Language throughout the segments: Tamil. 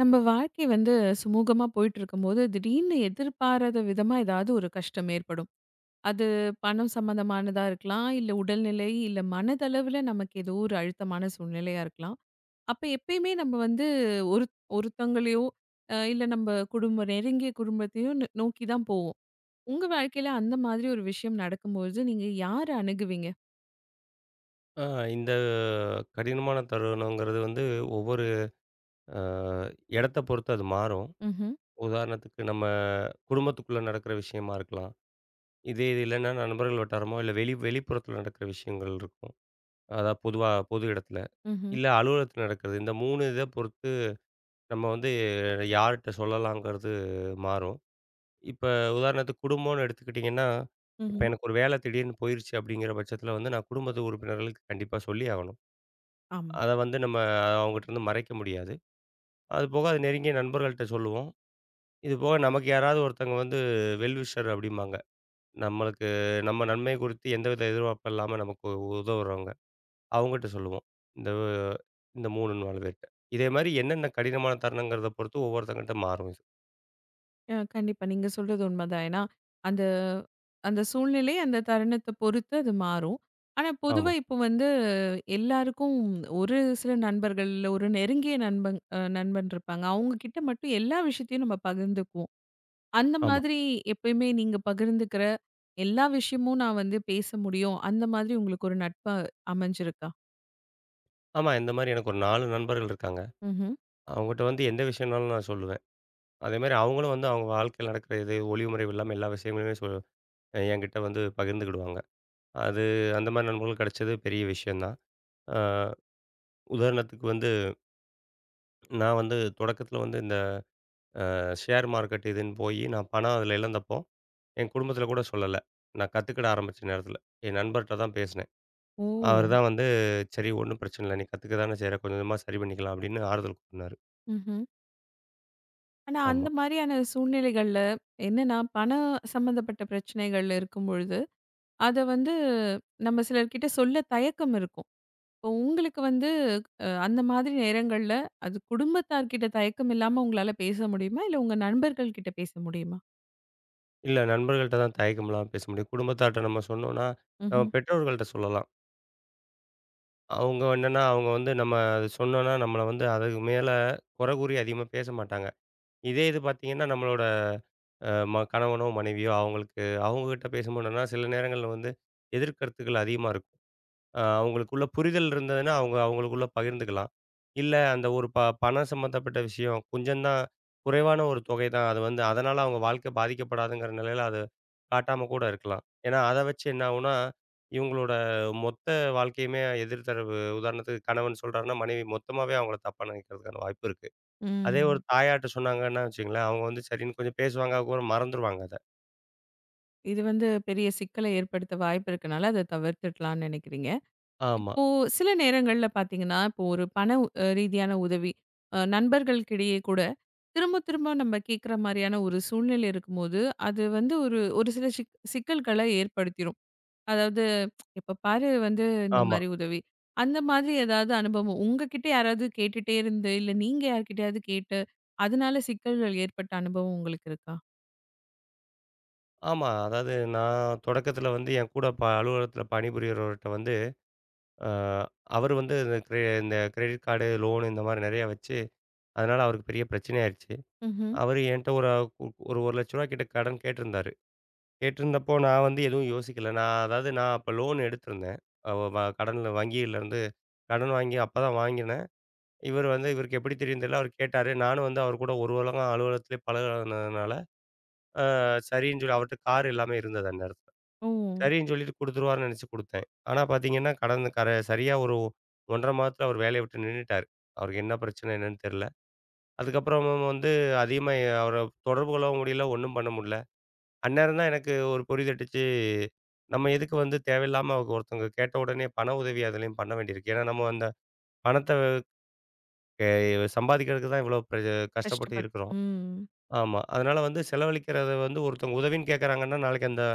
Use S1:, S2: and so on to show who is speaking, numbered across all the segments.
S1: நம்ம வாழ்க்கை சுமூகமா போயிட்டு இருக்கும்போது, திடீர்னு எதிர்பாராத விதமா ஏதாவது ஒரு கஷ்டம் ஏற்படும். அது பணம் சம்மந்தமானதா இருக்கலாம், இல்ல உடல்நிலை, இல்ல மனதளவுல நமக்கு ஏதோ ஒரு அழுத்தமான சூழ்நிலையா இருக்கலாம். அப்ப எப்பயுமே நம்ம ஒரு ஒருத்தவங்களையோ, இல்ல நம்ம குடும்ப நெருங்கிய குடும்பத்தையோ நோக்கி தான் போவோம். உங்க வாழ்க்கையில அந்த மாதிரி ஒரு விஷயம் நடக்கும்போது, நீங்க யார அணுகுவீங்க?
S2: ஆ இந்த கடினமான தருணங்கிறது வந்து ஒவ்வொரு அ இடத்த பொறுத்து அது மாறும்.
S1: ம்ஹ்ம்,
S2: உதாரணத்துக்கு நம்ம குடும்பத்துக்குள்ள நடக்கிற விஷயமா இருக்கலாம். இது இல்லன்னா நண்பர்கள் வட்டாரமோ, இல்ல வெளிப்புறத்துல நடக்கிற விஷயங்கள் இருக்கும். அதாவது பொதுவா பொது இடத்துல.
S1: ம்ஹ்ம்,
S2: இல்ல அலுவலகத்துல நடக்கிறது. இந்த 3 இத பொறுத்து நம்ம வந்து யார்ட்ட சொல்லலாங்கிறது மாறும். இப்ப உதாரணத்துக்கு குடும்பம்னு எடுத்துக்கிட்டிங்கன்னா, இப்ப
S1: ம்ஹ்ம்.
S2: எனக்கு ஒரு வேலை திடீர்னு போயிருச்சு அப்படிங்கிற பட்சத்துல வந்து நான் குடும்பத்து உறுப்பினர்களுக்கு கண்டிப்பா சொல்லி ஆகணும்.
S1: ஆமா.
S2: அத வந்து நம்ம அவங்ககிட்டருந்து மறைக்க முடியாது. அது போக அது நெருங்கிய நண்பர்கள்ட்ட சொல்லுவோம். இது போக நமக்கு யாராவது ஒருத்தங்க வந்து வெல் விஷர் அப்படிம்பாங்க. நம்மளுக்கு நம்ம நன்மை குறித்து எந்தவித எதிர்பார்ப்பும் இல்லாம நமக்கு உதவுறவங்க. அவங்ககிட்ட சொல்லுவோம். இந்த வ இந்த 3 நாலு பேர்ட்ட. இதே மாரி என்னென்ன கடினமான தருணங்கிறத பொறுத்து ஒவ்வொருத்தங்ககிட்ட மாறும் இது.
S1: கண்டிப்பா. நீங்க சொல்றது உண்மதான். ஏன்னா, அந்த அந்த சூழ்நிலை, அந்த தருணத்த பொறுத்து அது மாறும். ஆனா, பொதுவா
S2: ஆமா,
S1: இப்போ எல்லாருக்கும் ஒரு சில நண்பர்கள், இல்ல ஒரு நெருங்கிய நண்பன் இருப்பாங்க. அவங்க கிட்ட மட்டும் எல்லா விஷயத்தையும் நம்ம பகிர்ந்துக்குவோம். அந்த
S2: ஆமா.
S1: மாதிரி எப்பயுமே நீங்க பகிர்ந்துக்கிற எல்லா விஷயமும் நான் பேச முடியும். அந்த மாதிரி உங்களுக்கு ஒரு நட்பா அமைஞ்சிருக்கா?
S2: ஆமா. இந்த மாரி எனக்கு ஒரு 4 நண்பர்கள் இருக்காங்க.
S1: ம்ஹ்ம்.
S2: அவங்ககிட்ட வந்து எந்த விஷயம்னாலும் நான் சொல்லுவேன். அதேமாரி அவங்களும் வந்து அவங்க வாழ்க்கையில நடக்கிற இது ஒளிவு மறைவு இல்லாம எல்லா விஷயங்களையுமே என்கிட்ட வந்து பகிர்ந்துக்கிடுவாங்க. அது அந்த மாரி நண்பர்கள் கிடைச்சது பெரிய விஷயம் தான். உதாரணத்துக்கு வந்து, நான் வந்து தொடக்கத்தில வந்து இந்த ஷேர் மார்க்கெட் இதுன்னு போயி, நான் பணம் அதில இழந்தப்போ, என் குடும்பத்தில கூட சொல்லல. நான் கத்துக்கிட ஆரம்பிச்ச நேரத்தில. என் நண்பர்ட்ட தான் பேசினேன். அவரு
S1: ஓ!
S2: தான் வந்து, "சரி ஒண்ணும் பிரச்சனை இல்ல. நீ கத்துக்க தானே செய்ற. கொஞ்சம் கொஞ்சமா சரி பண்ணிக்கலாம்." அப்படின்னு ஆறுதல் கூறினாரு.
S1: ம்ஹ்ம். ஆனா,
S2: ஆமா.
S1: அந்த மாரியான சூழ்நிலைகள்ல என்னன்னா, பணம் சம்மந்தப்பட்ட பிரச்சனைகள் இருக்கும்பொழுது, அத நம்ம சிலர்கிட்ட சொல்ல தயக்கம் இருக்கும். இப்போ உங்களுக்கு அந்த மாதிரி நேரங்கள்ல, அது குடும்பத்தார்கிட்ட தயக்கம் இல்லாம உங்களால பேச முடியுமா? இல்ல உங்க நண்பர்கள் கிட்ட பேச முடியுமா?
S2: இல்ல நண்பர்கள்ட்ட தான் தயக்கம் இல்லாம பேச முடியும். குடும்பத்தார்ட்ட நம்ம சொன்னோம்னா, நம்ம
S1: ம்ஹ்ம்.
S2: பெற்றோர்கள்ட்ட சொல்லலாம். அவங்க என்னன்னா, அவங்க வந்து நம்ம அது சொன்னோம்னா, நம்மள வந்து அதுக்கு மேல குறை கூறி அதிகமா பேச மாட்டாங்க. இதே இது பார்த்தீங்கன்னா, நம்மளோட அ ம கணவனோ, மனைவியோ அவங்களுக்கு அவங்ககிட்ட பேசும்போது என்னன்னா, சில நேரங்கள்ல வந்து எதிர்கருத்துக்கள் அதிகமா இருக்கும். அவங்களுக்குள்ள புரிதல் இருந்ததுன்னா, அவங்க அவங்களுக்குள்ள பகிர்ந்துக்கலாம். இல்ல அந்த ஒரு பணம் சம்மந்தப்பட்ட விஷயம் கொஞ்சம் தான் குறைவான ஒரு தொகை தான். அது வந்து அதனால அவங்க வாழ்க்கை பாதிக்கப்படாதுங்கிற நிலையில அது காட்டாம கூட இருக்கலாம். ஏன்னா, அத வச்சு என்ன ஆகும்னா, இவங்களோட மொத்த வாழ்க்கையுமே எதிர்தரவு உதாரணத்துக்கு கணவன் சொல்றாருன்னா, மனைவி மொத்தமாவே அவங்கள தப்பா நினைக்கிறதுக்கான வாய்ப்பு இருக்கு. அதே ஒரு
S1: ம்.
S2: தாயாட்ட சொன்னாங்கன்னா வச்சுக்கங்களேன், அவங்க வந்து சரின்னு கொஞ்சம் பேசுவாங்க. அதுக்கப்புறம் மறந்துருவாங்க அத.
S1: இது பெரிய சிக்கல ஏற்படுத்த வாய்ப்பு இருக்கனால, அத தவிர்த்துடலாம்னு நெனைக்கிறீங்க.
S2: ஆமா.
S1: இப்போ சில நேரங்கள்ல பார்த்தீங்கன்னா, இப்போ ஒரு பண ரீதியான உதவி, நண்பர்களுக்கிடையே கூட திரும்ப திரும்ப நம்ம கேட்குற மாரியான ஒரு சூழ்நிலை இருக்கும்போது, அது ஒரு ஒரு சில சிக்கல்கள ஏற்படுத்திரும். அதாவது எப்ப பாரு இந்த
S2: ஆமா,
S1: மாரி உதவி. அந்த மாதிரி ஏதாவது அனுபவம் உங்ககிட்ட யாராவது கேட்டுட்டே இருந்து, இல்ல நீங்க யார்கிட்டயாவது கேட்டு, அதனால சிக்கல்கள் ஏற்பட்ட அனுபவம் உங்களுக்கு இருக்கா?
S2: ஆமா. அதாவது நான் தொடக்கத்தில வந்து என் கூட அலுவலகத்தில பணிபுரியறவர்ட்ட வந்து, அ அவரு வந்து இந்த கிரெடிட் கார்டு, லோனு இந்த மாரி நெறையா வச்சு, அதனால அவருக்கு பெரிய பிரச்சனையாயிருச்சு.
S1: ம்ஹ்ம்.
S2: அவரு என்ட்ட ஒரு கு ஒரு ரூ. 1,00,000 கிட்ட கடன் கேட்டிருந்தாரு. கேட்டிருந்தப்போ நான் வந்து எதுவும் யோசிக்கல. நான் அதாவது நான் அப்ப லோன் எடுத்திருந்தேன். அவ வ கடன்ல வங்கியிலருந்து கடன் வாங்கி அப்ப தான் வாங்கினேன். இவர் வந்து இவருக்கு எப்படி தெரியும்னு தெரியல. அவரு கேட்டாரு. நானும் வந்து அவர் கூட ஒரு உலகம் அலுவலகத்திலே பழகுனதுனால, அ சரின்னு சொல்லி அவர்ட்ட கார் எல்லாமே இருந்தது அந்நேரத்துல.
S1: ஓ!
S2: சரின்னு சொல்லிட்டு குடுத்துருவாருன்னு நெனச்சு குடுத்தேன். ஆனா பாத்தீங்கன்னா, கடந்த சரியா ஒரு 1 1/2 மாதத்துல அவர் வேலைய விட்டு நின்னுட்டாரு. அவருக்கு என்ன பிரச்சனை என்னன்னு தெரியல. அதுக்கப்புறமும் வந்து அதிகமா அவர தொடர்பு கொள்ளவும் முடியல, ஒண்ணும் பண்ண முடியல. அந்நேரம் தான் எனக்கு ஒரு புரி தட்டுச்சு. நம்ம எதுக்கு வந்து தேவையில்லாம ஒருத்தவங்க கேட்ட உடனே பண உதவி அதுலயும் பண்ண வேண்டியிருக்கு. ஏன்னா, நம்ம அந்த பணத்த எ சம்பாதிக்கிறதுக்கு தான் இவ்வளோ கஷ்டப்பட்டு
S1: கஷ்டப்பட்
S2: இருக்கிறோம்.
S1: ம்.
S2: ஆமா. அதனால வந்து செலவழிக்கிறத வந்து ஒருத்தவங்க உதவின்னு கேட்கறாங்கன்னா, நாளைக்கு அந்த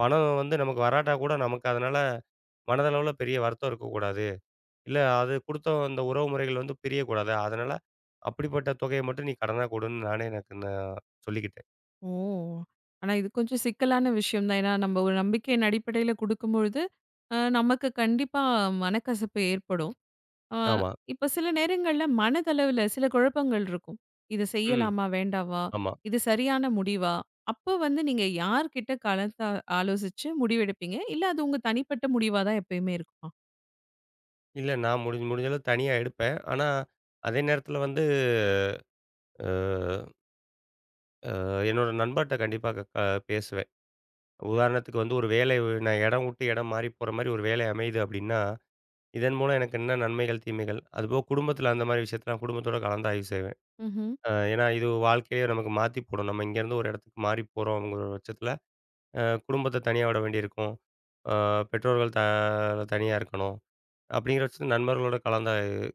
S2: பணம் வந்து நமக்கு வராட்டா கூட நமக்கு அதனால மனதளவுல பெரிய வருத்தம் இருக்கக்கூடாது. இல்ல அது குடுத்த அந்த உறவு முறைகள் வந்து பிரியக்கூடாது. அதனால அப்படிப்பட்ட தொகைய மட்டும் நீ கடனா குடுன்னு நானே எனக்கு நான் சொல்லிக்கிட்டேன்.
S1: ஓ! ஆனா இது கொஞ்சம் சிக்கலான விஷயம் தான். ஏன்னா நம்ம ஒரு நம்பிக்கையின் அடிப்படையில குடுக்கும்பொழுது, நமக்கு கண்டிப்பா மனக்கசப்பு ஏற்படும். ஆ,
S2: ஆமா.
S1: இப்ப சில நேரங்கள்ல மனதளவுல சில குழப்பங்கள் இருக்கும். "இது
S2: ம்.
S1: செய்யலாமா? வேண்டாவா?
S2: ஆமா.
S1: இது சரியான முடிவா?" அப்ப நீங்க யார்கிட்ட கலந்து ஆலோசிச்சு முடிவெடுப்பீங்க? இல்ல அது உங்க தனிப்பட்ட முடிவா தான் எப்பயுமே இருக்குமா?
S2: இல்ல நான் முடிஞ்ச முடிஞ்ச அளவு தனியா எடுப்பேன். ஆனா, அதே நேரத்தில வந்து அ அ என்னோட நண்பர்ட்ட கண்டிப்பா க க பேசுவேன். உதாரணத்துக்கு வந்து ஒரு வேலை நான் இடம் விட்டு இடம் மாறி போற மாரி ஒரு வேலை அமையுது அப்படின்னா இதன் மூலம் எனக்கு என்ன நன்மைகள், தீமைகள்? அதுபோக குடும்பத்தில அந்த மாரி விஷயத்த நான் குடும்பத்தோட கலந்து ஆய்வு செய்வேன்.
S1: ம்ஹ்ம்.
S2: ஏன்னா இது வாழ்க்கையே நமக்கு மாத்தி போடும். நம்ம இங்கேருந்து ஒரு இடத்துக்கு மாறி போறோம்ங்கிற பட்சத்தில, குடும்பத்த தனியா விட வேண்டியிருக்கும். அ பெற்றோர்கள் தனியா இருக்கணும். அப்படிங்கிற பட்சத்தில நண்பர்களோட கலந்து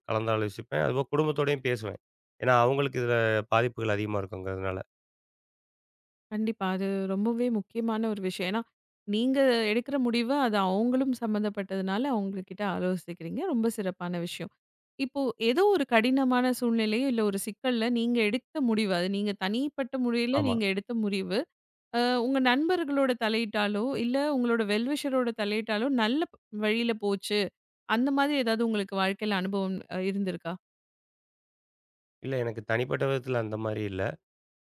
S2: கலந்து ஆலோசிப்பேன். அதுபோக குடும்பத்தோடயும் பேசுவேன். ஏன்னா அவங்களுக்கு இதில பாதிப்புகள் அதிகமா இருக்குங்கிறதுனால.
S1: கண்டிப்பா. அது ரொம்பவே முக்கியமான ஒரு விஷயம். ஏன்னா, நீங்க எடுக்கிற முடிவு அது அவங்களும் சம்மந்தப்பட்டதுனால அவங்ககிட்ட ஆலோசிக்கிறீங்க. ரொம்ப சிறப்பான விஷயம். இப்போ ஏதோ ஒரு கடினமான சூழ்நிலையோ, இல்ல ஒரு சிக்கல்ல நீங்க எடுத்த முடிவு, அது நீங்க தனிப்பட்ட முறையில
S2: ஆமா.
S1: நீங்க எடுத்த முடிவு. உங்க நண்பர்களோட தலையீட்டாலோ, இல்ல உங்களோட வெல்விஷரோட தலையீட்டாலோ நல்ல வழியில போச்சு. அந்த மாதிரி ஏதாவது உங்களுக்கு வாழ்க்கையில அனுபவம் இருந்திருக்கா?
S2: இல்ல எனக்கு தனிப்பட்ட விதத்தில அந்த மாரி இல்ல.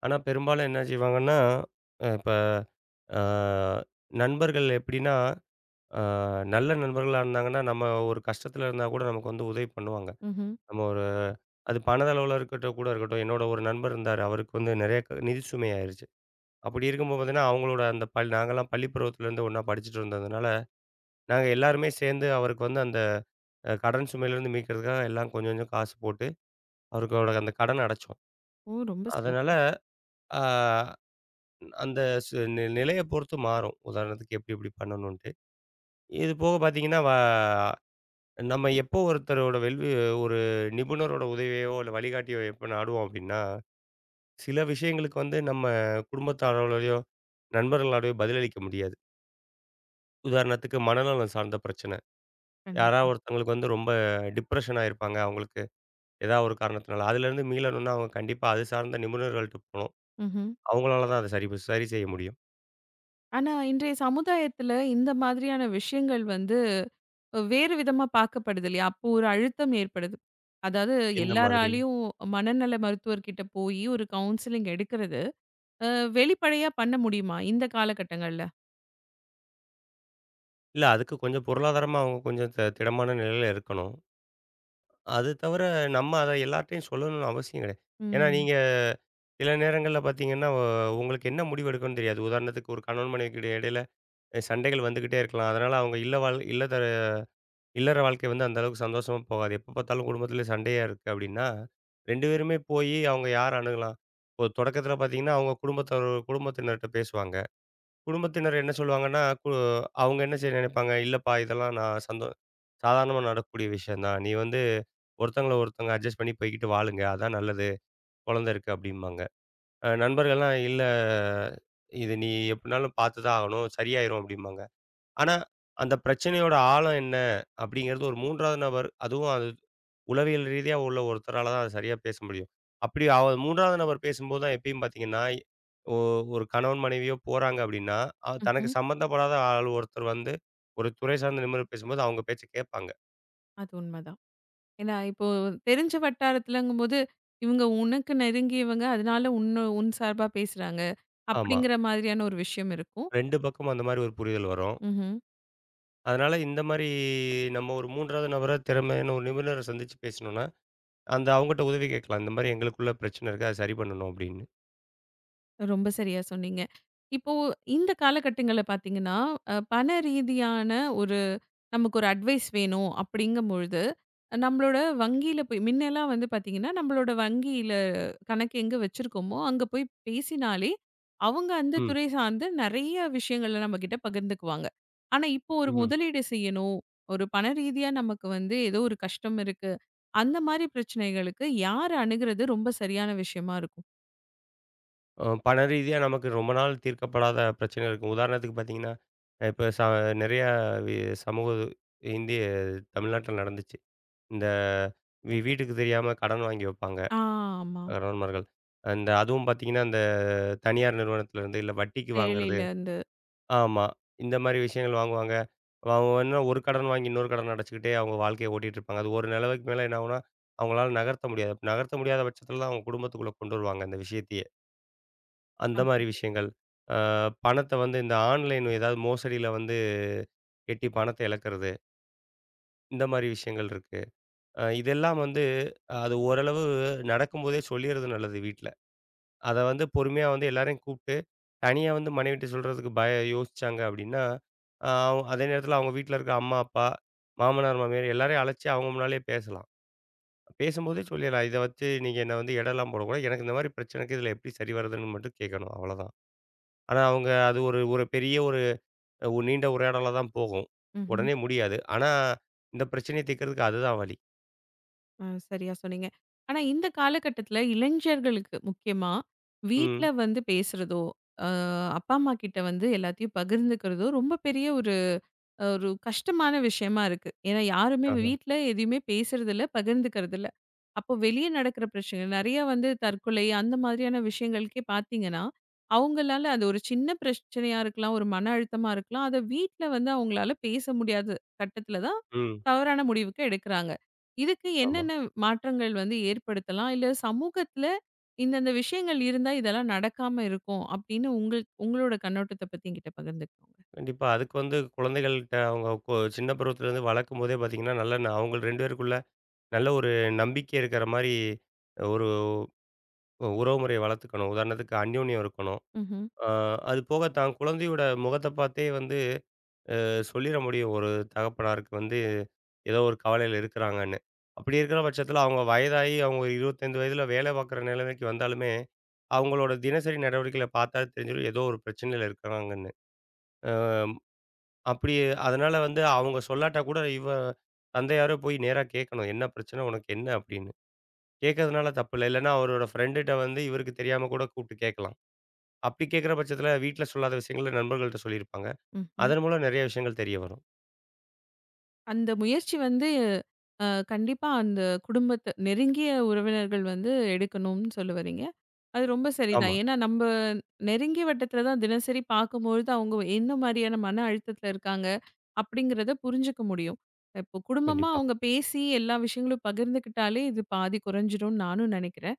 S2: ஆனா பெரும்பாலும் என்ன செய்வாங்கன்னா, இப்ப அ நண்பர்கள் எப்படின்னா ஆ நல்ல நண்பர்களா இருந்தாங்கன்னா, நம்ம ஒரு கஷ்டத்துல இருந்தா கூட நமக்கு வந்து உதவி பண்ணுவாங்க.
S1: ம்ஹ்ம்.
S2: நம்ம ஒரு அது பணதளவுல இருக்கட்டும் கூட இருக்கட்டும். என்னோட ஒரு நண்பர் இருந்தாரு. அவருக்கு வந்து நெறைய நிதி சுமை ஆயிருச்சு. அப்படி இருக்கும்போது பார்த்தீங்கன்னா, அவங்களோட அந்த நாங்கலாம் பள்ளி பருவத்திலேருந்து ஒண்ணா படிச்சுட்டு இருந்ததுனால, நாங்க எல்லாருமே சேர்ந்து அவருக்கு வந்து அந்த கடன் சுமையிலேருந்து மீட்கிறதுக்காக எல்லாம் கொஞ்சம் கொஞ்சம் காசு போட்டு, அவருக்கோட அந்த கடன அடைச்சோம்.
S1: ஓ! ரொம்ப
S2: அதனால
S1: சிறப்பு.
S2: ஆ அந்த சு நி நிலைய பொறுத்து மாறும். உதாரணத்துக்கு எப்படி எப்படி பண்ணணுன்ட்டு. இது போக பார்த்தீங்கன்னா, நம்ம எப்போ ஒருத்தரோட ஒரு நிபுணரோட உதவியோ, இல்ல வழிகாட்டியோ எப்ப நாடுவோம் அப்டின்னா, சில விஷயங்களுக்கு வந்து நம்ம குடும்பத்தாரோடயோ, நண்பர்களோடயோ பதிலளிக்க முடியாது. உதாரணத்துக்கு மனநலம் சார்ந்த பிரச்சனை. யாரா
S1: கண்டிப்பா.
S2: ஒருத்தவங்களுக்கு வந்து ரொம்ப டிப்ரஷன் ஆயிருப்பாங்க. அவங்களுக்கு ஏதா ஒரு காரணத்தினால. அதுலேருந்து மீளணும்னா அவங்க கண்டிப்பா அது சார்ந்த நிபுணர்கள்ட்ட போணும்.
S1: ம்ஹ்ம்.
S2: அவங்களால தான் அத சரி செய்ய முடியும்.
S1: ஆனா இன்றைய சமுதாயத்துல இந்த மாதிரியான விஷயங்கள் வேறு விதமா பார்க்கப்படுது இல்லையா? அப்போ ஒரு அழுத்தம் ஏற்படுது. அதாவது
S2: எந்த மாதிரி?
S1: எல்லாராலயும் மனநல மருத்துவர்கிட்ட போயி ஒரு கவுன்சிலிங் எடுக்கிறது, அ வெளிப்படையா பண்ண முடியுமா இந்த காலகட்டங்கள்ல?
S2: இல்ல அதுக்கு கொஞ்சம் பொருளாதாரமா அவங்க கொஞ்சம் திடமான நிலையில இருக்கணும். அது தவிர நம்ம அத எல்லார்ட்டயும் சொல்லணும்னு அவசியம் கிடையாது. ஏன்னா
S1: ம்.
S2: நீங்க சில நேரங்கள்ல பார்த்தீங்கன்னா, உங்களுக்கு என்ன முடிவு எடுக்கணும்னு தெரியாது. உதாரணத்துக்கு ஒரு கணவன் மனைவிக்கு இடையில சண்டைகள் வந்துகிட்டே இருக்கலாம். அதனால அவங்க இல்ல வாழ் இல்லற இல்லற வாழ்க்கை வந்து அந்த அளவுக்கு சந்தோஷமா போகாது. எப்ப பார்த்தாலும் குடும்பத்தில சண்டையா இருக்கு அப்படின்னா, 2 பேருமே போயி அவங்க யார அணுகலாம்? இப்போ தொடக்கத்தில பார்த்தீங்கன்னா, அவங்க குடும்பத்தினர்ட்ட பேசுவாங்க. குடும்பத்தினர் என்ன சொல்லுவாங்கன்னா, அவங்க என்ன செய்ய நினைப்பாங்க, "இல்லப்பா இதெல்லாம் நான் சாதாரணமா நடக்கக்கூடிய விஷயம் தான். நீ வந்து ஒருத்தங்கள ஒருத்தங்க அட்ஜஸ்ட் பண்ணி போய்க்கிட்டு வாழுங்க. அதான் நல்லது. குழந்தை இருக்கு" அப்படிம்பாங்க. நண்பர்கள்லாம், "இல்ல இது நீ எப்படினாலும் பார்த்து தான் ஆகணும். சரியாயிரும்" அப்படிம்பாங்க. ஆனா, அந்த பிரச்சனையோட ஆழம் என்ன அப்படிங்கிறது ஒரு 3வது நபர், அதுவும் அது உளவியல் ரீதியா உள்ள ஒருத்தரால தான் அது சரியா பேச முடியும். அப்படி அவ 3வது நபர் பேசும்போது தான் எப்பயும் பார்த்தீங்கன்னா, ஒ ஒரு கணவன் மனைவியோ போறாங்க அப்படின்னா, தனக்கு
S1: ம்ஹ்ம்.
S2: சம்மந்தப்படாத ஆள் ஒருத்தர் வந்து ஒரு துறை சார்ந்த நிபுணர் பேசும்போது அவங்க பேச்ச கேட்பாங்க.
S1: அது உண்மதான். ஏன்னா, இப்போ தெரிஞ்ச வட்டாரத்துலங்கும்போது, இவங்க உனக்கு நெருங்கியவங்க. அதனால உன்ன உன் சார்பா பேசுறாங்க.
S2: ஆமா.
S1: அப்படிங்கிற மாதிரியான ஒரு விஷயம் இருக்கும்.
S2: 2 பக்கமும் அந்த மாரி ஒரு புரிதல் வரும்.
S1: ம்ஹ்ம்.
S2: அதனால இந்த மாரி நம்ம ஒரு 3வது நபர திறமையான ஒரு நிபுணர சந்திச்சு பேசினோம்னா, அந்த அவங்கட்ட உதவி கேட்கலாம். இந்த மாரி எங்களுக்குள்ள பிரச்சனை இருக்கு. அத சரி பண்ணணும் அப்படின்னு.
S1: ரொம்ப சரியா சொன்னீங்க. இப்போ இந்த காலகட்டங்கள்ல பார்த்தீங்கன்னா, பண ரீதியான ஒரு நமக்கு ஒரு அட்வைஸ் வேணும் அப்படிங்கும்பொழுது, நம்மளோட வங்கியில போய் முன்னலாம் பார்த்தீங்கன்னா, நம்மளோட வங்கியில கணக்கு எங்க வச்சிருக்கோமோ, அங்க போய் பேசினாலே, அவங்க அந்த
S2: ம்.
S1: துறை சார்ந்து நெறைய விஷயங்கள நம்மகிட்ட பகிர்ந்துக்குவாங்க. ஆனா, இப்போ ஒரு
S2: ம்.
S1: முதலீடு செய்யணும், ஒரு பண ரீதியா நமக்கு ஏதோ ஒரு கஷ்டம் இருக்கு. அந்த மாரி பிரச்சனைகளுக்கு யார அணுகுறது ரொம்ப சரியான விஷயமா இருக்கும்?
S2: பண ரீதியா நமக்கு ரொம்ப நாள் தீர்க்கப்படாத பிரச்சனை இருக்கும். உதாரணத்துக்கு பார்த்தீங்கன்னா, இப்ப நெறையா வி சமூக இந்திய தமிழ்நாட்டில நடந்துச்சு. இந்த வீட்டுக்கு தெரியாம கடன் வாங்கி வைப்பாங்க
S1: ஆ, ஆமா.
S2: கணவன்மார்கள். அந்த அதுவும் பார்த்தீங்கன்னா, அந்த தனியார் நிறுவனத்திலருந்து இல்ல வட்டிக்கு வாங்குறது.
S1: செயலில இருந்து.
S2: ஆமா. இந்த மாரி விஷயங்கள் வாங்குவாங்க. அவங்க என்ன ஒரு கடன் வாங்கி இன்னொரு கடன் அடைச்சுக்கிட்டே அவங்க வாழ்க்கைய ஓட்டிட்டு இருப்பாங்க. அது ஒரு நிலமைக்கு மேல என்ன ஆகும்னா, அவங்களால நகர்த்த முடியாது. நகர்த்த முடியாத பட்சத்தில தான் அவங்க குடும்பத்துக்குள்ள கொண்டு வருவாங்க அந்த விஷயத்தையே. அந்த
S1: அ,
S2: மாரி விஷயங்கள். அ பணத்த வந்து இந்த ஆன்லைன் ஏதாவது மோசடியில வந்து எட்டி பணத்த இழக்கிறது. இந்த மாரி விஷயங்கள் இருக்கு. இதெல்லாம் வந்து அது ஓரளவு நடக்கும்போதே சொல்லிறது நல்லது வீட்ல. அத வந்து பொறுமையா வந்து எல்லாரையும் கூப்ட்டு, தனியா வந்து மனைவிட்ட சொல்றதுக்கு பய யோசிச்சாங்க அப்டின்னா, அ அதே நேரத்தில அவங்க வீட்ல இருக்க அம்மா, அப்பா, மாமனார், மாமியார் எல்லாரையும் அழைச்சு அவங்க முன்னாலயே பேசலாம். பேசும்போதே சொல்லிடலாம். இத வச்சு நீங்க என்ன வந்து எடைலாம் போடக்கூடாது. எனக்கு இந்த மாரி பிரச்சனை இருக்கு. இதுல எப்டி சரி வர்றதுன்னு மட்டும் கேட்கணும். அவ்வளோதான். ஆனா அவங்க அது ஒரு ஒரு பெரிய நீண்ட உரையாடலா தான் போகும்.
S1: ம்ஹ்ம்.
S2: உடனே முடியாது. ஆனா, இந்த பிரச்சனைய தீர்க்கிறதுக்கு அதுதான் வழி.
S1: அ சரியா சொன்னீங்க. ஆனா இந்த காலகட்டத்தில இளைஞர்களுக்கு முக்கியமா, வீட்ல
S2: ம்.
S1: பேசுறதோ, அ அப்பா, அம்மா கிட்ட எல்லாத்தையும் பகிர்ந்துக்கிறதோ, ரொம்ப பெரிய ஒரு ஒரு கஷ்டமான விஷயமா இருக்கு. ஏன்னா யாருமே
S2: ஆஹா.
S1: வீட்ல எதையுமே பேசுறதில்ல, பகிர்ந்துக்கிறதில்ல. அப்போ வெளிய நடக்கிற பிரச்சனை நெறையா தற்கொலை அந்த மாதிரியான விஷயங்களுக்கே பார்த்தீங்கன்னா, அவங்களால அது ஒரு சின்ன பிரச்சனையா இருக்கலாம், ஒரு மன அழுத்தமா இருக்கலாம். அத வீட்ல அவங்களால பேச முடியாத கட்டத்தில தான்
S2: ம்.
S1: தவறான முடிவுக்கு எடுக்குறாங்க. இதுக்கு
S2: ஆமா.
S1: என்னென்ன மாற்றங்கள் ஏற்படுத்தலாம்? இல்ல சமூகத்தில இந்தந்த விஷயங்கள் இருந்தா இதெல்லாம் நடக்காம இருக்கும் அப்படின்னு உங்களோட கண்ணோட்டத்த பத்தி என்கிட்ட பகிர்ந்துக்கோங்க.
S2: கண்டிப்பா. அதுக்கு வந்து குழந்தைகள்ட்ட அவங்க சின்ன பருவத்திலேருந்து வளர்க்கும்போதே பார்த்தீங்கன்னா, நல்ல அவங்க 2 பேருக்குள்ள நல்ல ஒரு நம்பிக்கை இருக்கிற மாரி ஒரு உறவுமுறைய வளர்த்துக்கணும். உதாரணத்துக்கு அந்யோன்யம் இருக்கணும்.
S1: ம்ஹ்ம்.
S2: ஆ அது போக தான் குழந்தையோட முகத்த பார்த்தே வந்து சொல்லிற முடியும். ஒரு தகப்பனாருக்கு வந்து ஏதோ ஒரு கவலையில இருக்கிறாங்கன்னு. அப்படி இருக்கிற பட்சத்தில அவங்க வயதாகி அவங்க 25 வயதில வேலை பார்க்குற நிலைமைக்கு வந்தாலுமே அவங்களோட தினசரி நடவடிக்கைகள பார்த்தா தெரிஞ்சிரும். ஏதோ ஒரு பிரச்சனையில இருக்கிறாங்கன்னு. அப்படி அதனால வந்து அவங்க சொல்லாட்டா கூட தந்தையாரோ போய் நேரா கேட்கணும். "என்ன பிரச்சனை? உனக்கு என்ன?" அப்படின்னு. கேட்கறதுனால தப்பில்ல. இல்லன்னா அவரோட ஃப்ரெண்டுட்ட வந்து இவருக்கு தெரியாம கூட கூப்பிட்டு கேட்கலாம். அப்படி கேட்கிற பட்சத்தில வீட்ல சொல்லாத விஷயங்கள நண்பர்கள்ட்ட சொல்லியிருப்பாங்க.
S1: ம்.
S2: அதன் மூலம் நெறைய விஷயங்கள் தெரிய வரும்.
S1: அந்த முயற்சி கண்டிப்பா அந்த குடும்பத்த நெருங்கிய உறவினர்கள் எடுக்கணும்னு சொல்ல வர்றீங்க. அது ரொம்ப சரிதான்.
S2: ஆமா,
S1: ஏன்னா நம்ப நெருங்கிய வட்டத்துல தான் தினசரி பார்க்கும்பொழுது, அவங்க என்ன மாரியான மன அழுத்தத்துல இருக்காங்க, அப்படிங்கிறத புரிஞ்சுக்க முடியும். இப்போ குடும்பமா
S2: கண்டிப்பா.
S1: அவங்க பேசி எல்லா விஷயங்களும் பகிர்ந்துக்கிட்டாலே, இது பாதி குறைஞ்சிரும்னு நானும் நினைக்கிறேன்.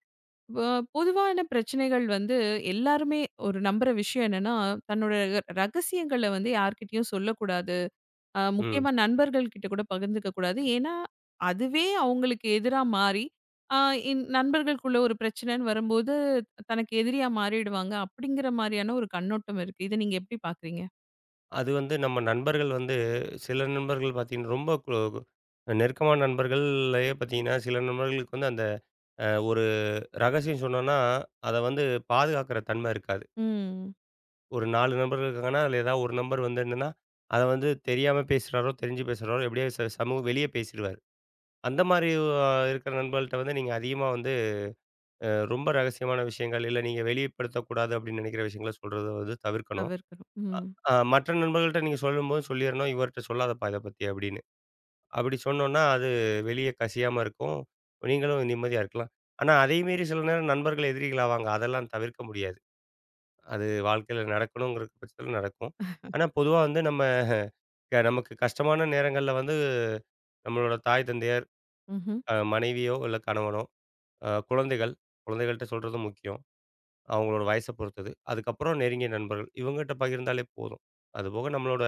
S1: வ பொதுவான பிரச்சனைகள் எல்லாருமே ஒரு நம்புற விஷயம் என்னன்னா, தன்னோட ரகசியங்கள யார்கிட்டயும் சொல்லக்கூடாது.
S2: ம்.
S1: முக்கியமா நண்பர்கள் கிட்ட கூட பகிர்ந்துக்க கூடாது. ஏன்னா, அதுவே அவங்களுக்கு எதிரா மாறி, அ நண்பர்களுக்குள்ள ஒரு பிரச்சனைன்னு வரும்போது, தனக்கு எதிரியா மாறிடுவாங்க. அப்படிங்கிற மாரியான ஒரு கண்ணோட்டம் இருக்கு. இத நீங்க எப்படி பார்க்குறீங்க?
S2: அது வந்து நம்ம நண்பர்கள் வந்து சில நண்பர்கள் பார்த்தீங்கன்னா, ரொம்ப நெருக்கமான நண்பர்கள்லயே பார்த்தீங்கன்னா, சில நண்பர்களுக்கு வந்து அந்த ஒரு ரகசியம் சொன்னோம்னா, அத வந்து பாதுகாக்கிற தன்மை இருக்காது.
S1: ம்.
S2: ஒரு 4 நண்பர்கள் இருக்காங்கன்னா, அதில ஏதாவது ஒரு நண்பர் வந்து என்னன்னா, அத வந்து தெரியாம பேசுறாரோ, தெரிஞ்சு பேசுறாரோ, எப்படியோ சமூக வெளிய பேசிருவாரு. அந்த மாரி அ இருக்கிற நண்பர்கள்ட்ட வந்து நீங்க அதிகமா வந்து ரொம்ப ரகசியமான விஷயங்கள், இல்ல நீங்க வெளிப்படுத்தக்கூடாது அப்படின்னு நினைக்கிற விஷயங்கள சொல்றத வந்து தவிர்க்கணும்.
S1: தவிர்க்கணும். ம்.
S2: மற்ற நண்பர்கள்ட்ட நீங்க சொல்லும்போது சொல்லிரணும், இவர்ட்ட சொல்லாதப்பா இத பத்தி அப்படின்னு. அப்படி சொன்னோம்னா, அது வெளிய கசியாம இருக்கும். நீங்களும் நிம்மதியா இருக்கலாம். ஆனா, அதே மீறி சில நேரம் நண்பர்கள் எதிரிகள் ஆவாங்க. அதெல்லாம் தவிர்க்க முடியாது. அது வாழ்க்கையில நடக்கணுங்கிற பட்சத்துல நடக்கும். ஆனா, பொதுவா வந்து நம்ம நமக்கு கஷ்டமான நேரங்கள்ல வந்து நம்மளோட தாய் தந்தையர்,
S1: ம்ஹ்ம்.
S2: மனைவியோ இல்ல கணவனோ, அ குழந்தைகள், குழந்தைகள்ட்ட சொல்றதும் முக்கியம். அவங்களோட வயச பொறுத்தது. அதுக்கப்புறம் நெருங்கிய நண்பர்கள். இவங்ககிட்ட பகிர்ந்தாலே போதும். அதுபோக நம்மளோட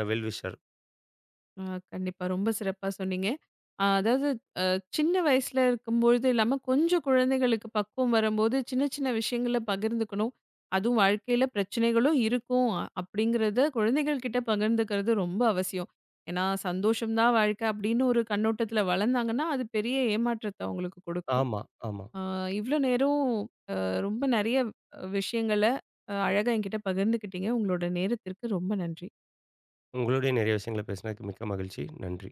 S2: வெல் விஷர்.
S1: ஆ கண்டிப்பா. ரொம்ப சிறப்பா சொன்னீங்க. அதாவது அ சின்ன வயசுல இருக்கும்பொழுது இல்லாம, கொஞ்சம் குழந்தைகளுக்கு பக்குவம் வரும்போது, சின்ன சின்ன விஷயங்கள பகிர்ந்துக்கணும். அதுவும் வாழ்க்கையில பிரச்சனைகளும் இருக்கும். அப்படிங்கிறத குழந்தைகள் கிட்ட பகிர்ந்துக்கிறது ரொம்ப அவசியம். ஏன்னா, சந்தோஷம் தான் வாழ்க்கை அப்படின்னு ஒரு கண்ணோட்டத்துல வளர்ந்தாங்கன்னா, அது பெரிய ஏமாற்றத்த அவங்களுக்கு கொடுக்கும்.
S2: ஆமா, ஆமா.
S1: அ இவ்ளோ நேரம் ரொம்ப நெறைய விஷயங்கள அழகா என்கிட்ட பகிர்ந்துக்கிட்டீங்க. உங்களோட நேரத்திற்கு ரொம்ப நன்றி.
S2: உங்களுடைய நிறைய விஷயங்கள பேசினதுக்கு மிக்க மகிழ்ச்சி. நன்றி.